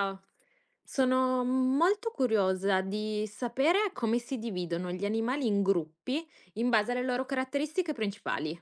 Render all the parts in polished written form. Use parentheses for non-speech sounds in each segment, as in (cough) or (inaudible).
Ciao. Sono molto curiosa di sapere come si dividono gli animali in gruppi in base alle loro caratteristiche principali.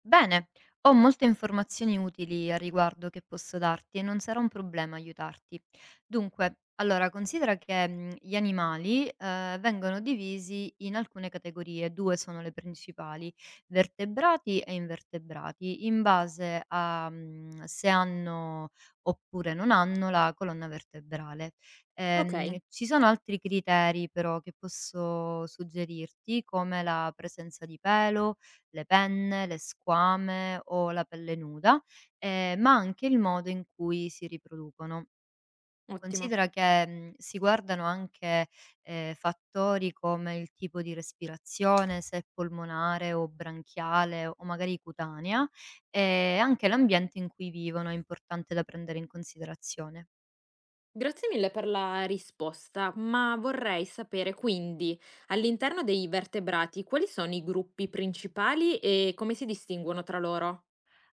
Bene, ho molte informazioni utili a riguardo che posso darti e non sarà un problema aiutarti. Dunque, allora, considera che gli animali vengono divisi in alcune categorie, due sono le principali, vertebrati e invertebrati, in base a se hanno oppure non hanno la colonna vertebrale. Ok. Ci sono altri criteri però che posso suggerirti, come la presenza di pelo, le penne, le squame o la pelle nuda, ma anche il modo in cui si riproducono. Ottimo. Considera che, si guardano anche, fattori come il tipo di respirazione, se è polmonare o branchiale o magari cutanea, e anche l'ambiente in cui vivono è importante da prendere in considerazione. Grazie mille per la risposta, ma vorrei sapere quindi all'interno dei vertebrati quali sono i gruppi principali e come si distinguono tra loro?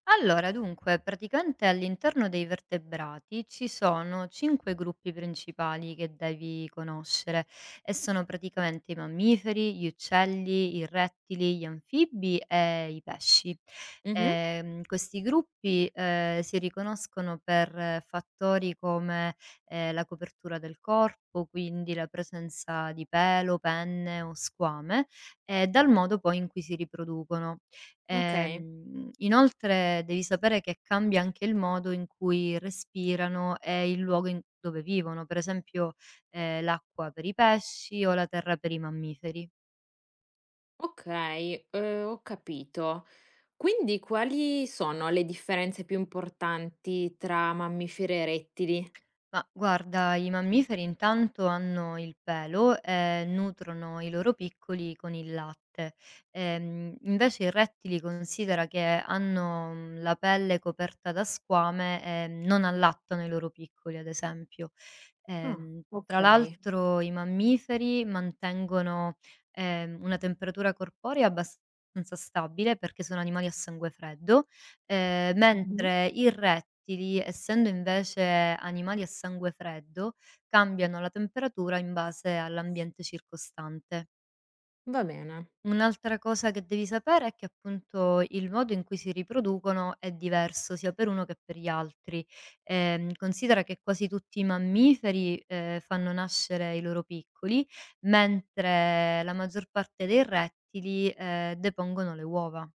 Allora, dunque, praticamente all'interno dei vertebrati ci sono cinque gruppi principali che devi conoscere e sono praticamente i mammiferi, gli uccelli, i rettili, gli anfibi e i pesci. Mhm. Questi gruppi si riconoscono per fattori come la copertura del corpo, quindi la presenza di pelo, penne o squame, e dal modo poi in cui si riproducono. Ok, Inoltre devi sapere che cambia anche il modo in cui respirano e il luogo in dove vivono, per esempio, l'acqua per i pesci o la terra per i mammiferi. ok, ho capito. Quindi quali sono le differenze più importanti tra mammiferi e rettili? Ma guarda, i mammiferi intanto hanno il pelo e nutrono i loro piccoli con il latte. Invece i rettili considera che hanno la pelle coperta da squame e non allattano i loro piccoli, ad esempio. Ah, Tra okay. l'altro i mammiferi mantengono una temperatura corporea abbastanza stabile perché sono animali a sangue freddo. Mh-mh. Mentre i rettili, essendo invece animali a sangue freddo, cambiano la temperatura in base all'ambiente circostante. Va bene, Un'altra cosa che devi sapere è che appunto il modo in cui si riproducono è diverso sia per uno che per gli altri. Considera che quasi tutti i mammiferi, fanno nascere i loro piccoli, mentre la maggior parte dei rettili, depongono le uova.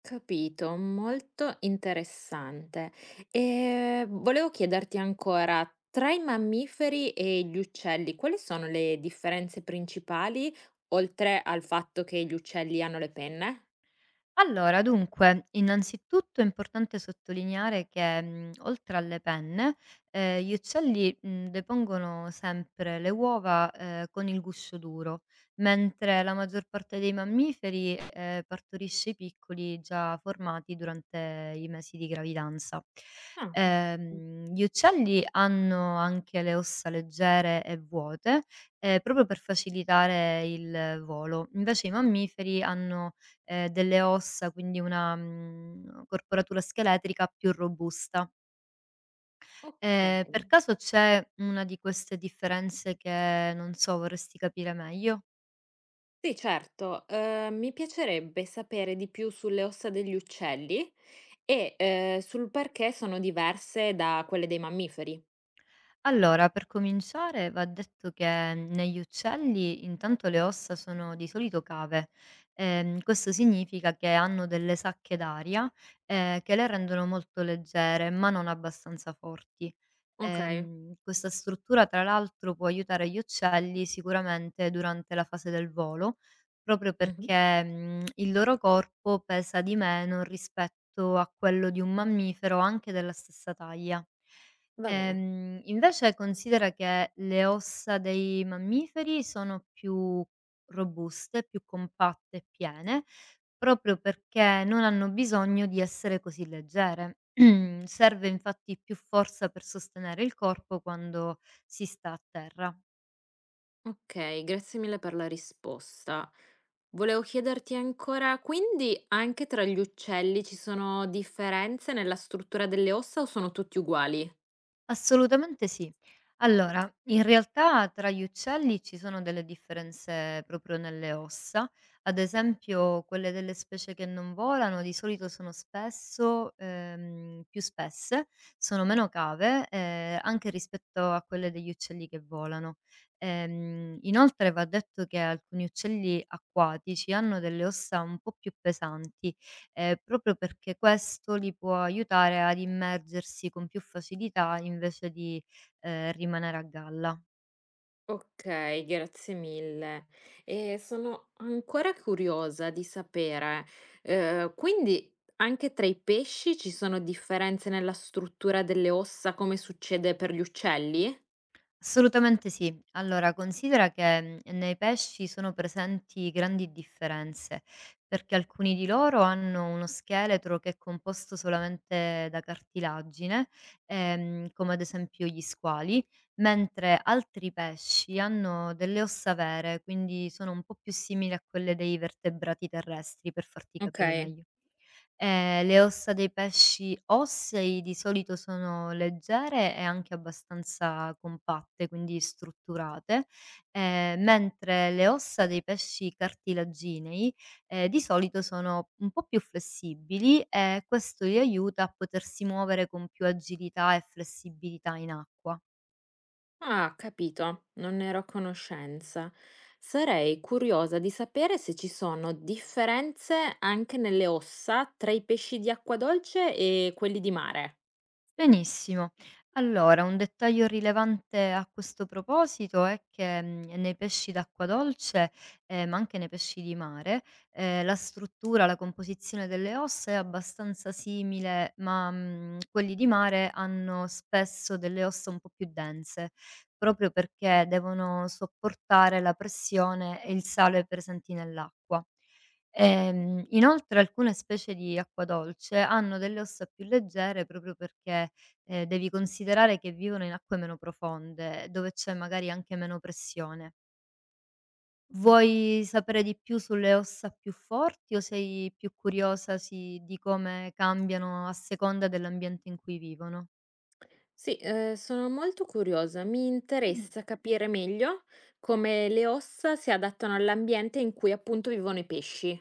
capito, molto interessante. Volevo chiederti ancora, tra i mammiferi e gli uccelli, quali sono le differenze principali, oltre al fatto che gli uccelli hanno le penne? Allora, dunque, innanzitutto è importante sottolineare che, oltre alle penne, gli uccelli, depongono sempre le uova, con il guscio duro, mentre la maggior parte dei mammiferi, partorisce i piccoli già formati durante i mesi di gravidanza. Ah, mh, Gli uccelli hanno anche le ossa leggere e vuote, proprio per facilitare il volo. Invece i mammiferi hanno delle ossa, quindi una corporatura scheletrica più robusta. Okay. Per caso c'è una di queste differenze che non so, vorresti capire meglio? Sì, certo, mi piacerebbe sapere di più sulle ossa degli uccelli e, sul perché sono diverse da quelle dei mammiferi. Allora, per cominciare va detto che negli uccelli intanto le ossa sono di solito cave. Questo significa che hanno delle sacche d'aria che le rendono molto leggere, ma non abbastanza forti. Okay. Questa struttura, tra l'altro, può aiutare gli uccelli sicuramente durante la fase del volo, proprio Mh-mh. perché il loro corpo pesa di meno rispetto a quello di un mammifero anche della stessa taglia. Va bene. Invece considera che le ossa dei mammiferi sono più robuste, più compatte e piene, proprio perché non hanno bisogno di essere così leggere. (clears throat) Serve infatti più forza per sostenere il corpo quando si sta a terra. Okay, grazie mille per la risposta. Volevo chiederti ancora, quindi anche tra gli uccelli ci sono differenze nella struttura delle ossa o sono tutti uguali? Assolutamente sì. Allora, in realtà tra gli uccelli ci sono delle differenze proprio nelle ossa, ad esempio quelle delle specie che non volano di solito sono spesso più spesse, sono meno cave anche rispetto a quelle degli uccelli che volano. Inoltre va detto che alcuni uccelli acquatici hanno delle ossa un po' più pesanti proprio perché questo li può aiutare ad immergersi con più facilità invece di, rimanere a galla. Okay, grazie mille. E sono ancora curiosa di sapere, quindi anche tra i pesci ci sono differenze nella struttura delle ossa come succede per gli uccelli? Assolutamente sì. Allora, considera che, nei pesci sono presenti grandi differenze, perché alcuni di loro hanno uno scheletro che è composto solamente da cartilagine, come ad esempio gli squali, mentre altri pesci hanno delle ossa vere, quindi sono un po' più simili a quelle dei vertebrati terrestri, per farti capire Okay. meglio. Le ossa dei pesci ossei di solito sono leggere e anche abbastanza compatte, quindi strutturate, mentre le ossa dei pesci cartilaginei, di solito sono un po' più flessibili e questo li aiuta a potersi muovere con più agilità e flessibilità in acqua. Ah, capito, non ne ero a conoscenza. Sarei curiosa di sapere se ci sono differenze anche nelle ossa tra i pesci di acqua dolce e quelli di mare. Benissimo. Allora, un dettaglio rilevante a questo proposito è che, nei pesci d'acqua dolce, ma anche nei pesci di mare, la struttura, la composizione delle ossa è abbastanza simile, ma, quelli di mare hanno spesso delle ossa un po' più dense, proprio perché devono sopportare la pressione e il sale presenti nell'acqua. Inoltre alcune specie di acquadolce hanno delle ossa più leggere proprio perché devi considerare che vivono in acque meno profonde, dove c'è magari anche meno pressione. Vuoi sapere di più sulle ossa più forti o sei più curiosa si di come cambiano a seconda dell'ambiente in cui vivono? Sì, sono molto curiosa, mi interessa capire meglio come le ossa si adattano all'ambiente in cui appunto vivono i pesci.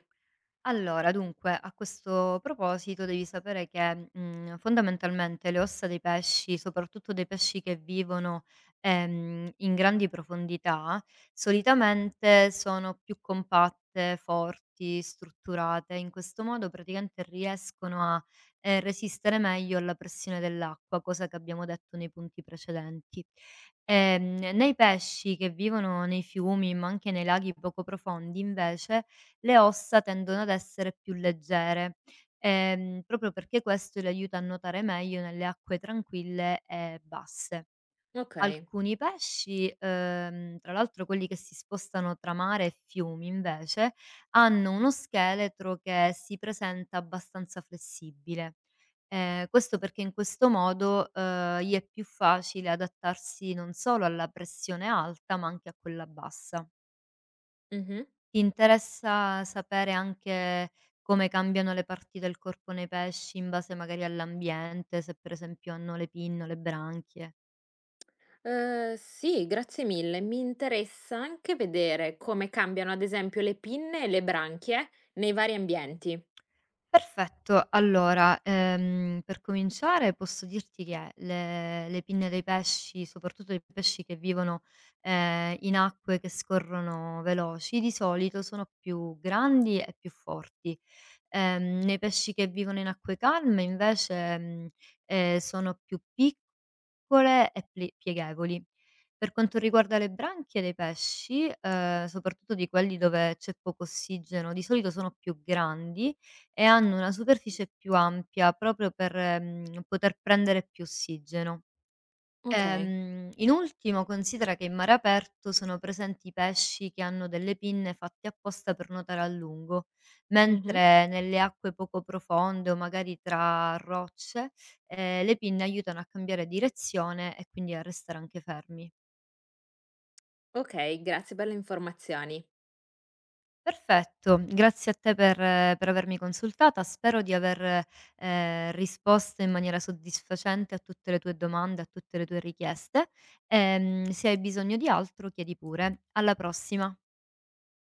Allora, dunque, a questo proposito devi sapere che, fondamentalmente le ossa dei pesci, soprattutto dei pesci che vivono, in grandi profondità, solitamente sono più compatte, forti, strutturate. In questo modo praticamente riescono a, resistere meglio alla pressione dell'acqua, cosa che abbiamo detto nei punti precedenti. Nei pesci che vivono nei fiumi, ma anche nei laghi poco profondi, invece, le ossa tendono ad essere più leggere, proprio perché questo le aiuta a nuotare meglio nelle acque tranquille e basse. Ok. Alcuni pesci, tra l'altro quelli che si spostano tra mare e fiumi invece, hanno uno scheletro che si presenta abbastanza flessibile. Questo perché in questo modo, gli è più facile adattarsi non solo alla pressione alta, ma anche a quella bassa. Mhm. Ti interessa sapere anche come cambiano le parti del corpo nei pesci in base magari all'ambiente, se per esempio hanno le pinne o le branchie? Sì, grazie mille. Mi interessa anche vedere come cambiano, ad esempio, le pinne e le branchie nei vari ambienti. Perfetto, allora, per cominciare posso dirti che le pinne dei pesci, soprattutto dei pesci che vivono, in acque che scorrono veloci, di solito sono più grandi e più forti. Nei pesci che vivono in acque calme invece, sono più piccoli piccole e pli pieghevoli. Per quanto riguarda le branchie dei pesci, soprattutto di quelli dove c'è poco ossigeno, di solito sono più grandi e hanno una superficie più ampia proprio per, poter prendere più ossigeno. Okay. In ultimo considera che in mare aperto sono presenti pesci che hanno delle pinne fatte apposta per nuotare a lungo, Mh-mh. mentre nelle acque poco profonde o magari tra rocce, le pinne aiutano a cambiare direzione e quindi a restare anche fermi. Okay, grazie per le informazioni. Perfetto, grazie a te per avermi consultata. Spero di aver, risposto in maniera soddisfacente a tutte le tue domande, a tutte le tue richieste. Se hai bisogno di altro chiedi pure. Alla prossima.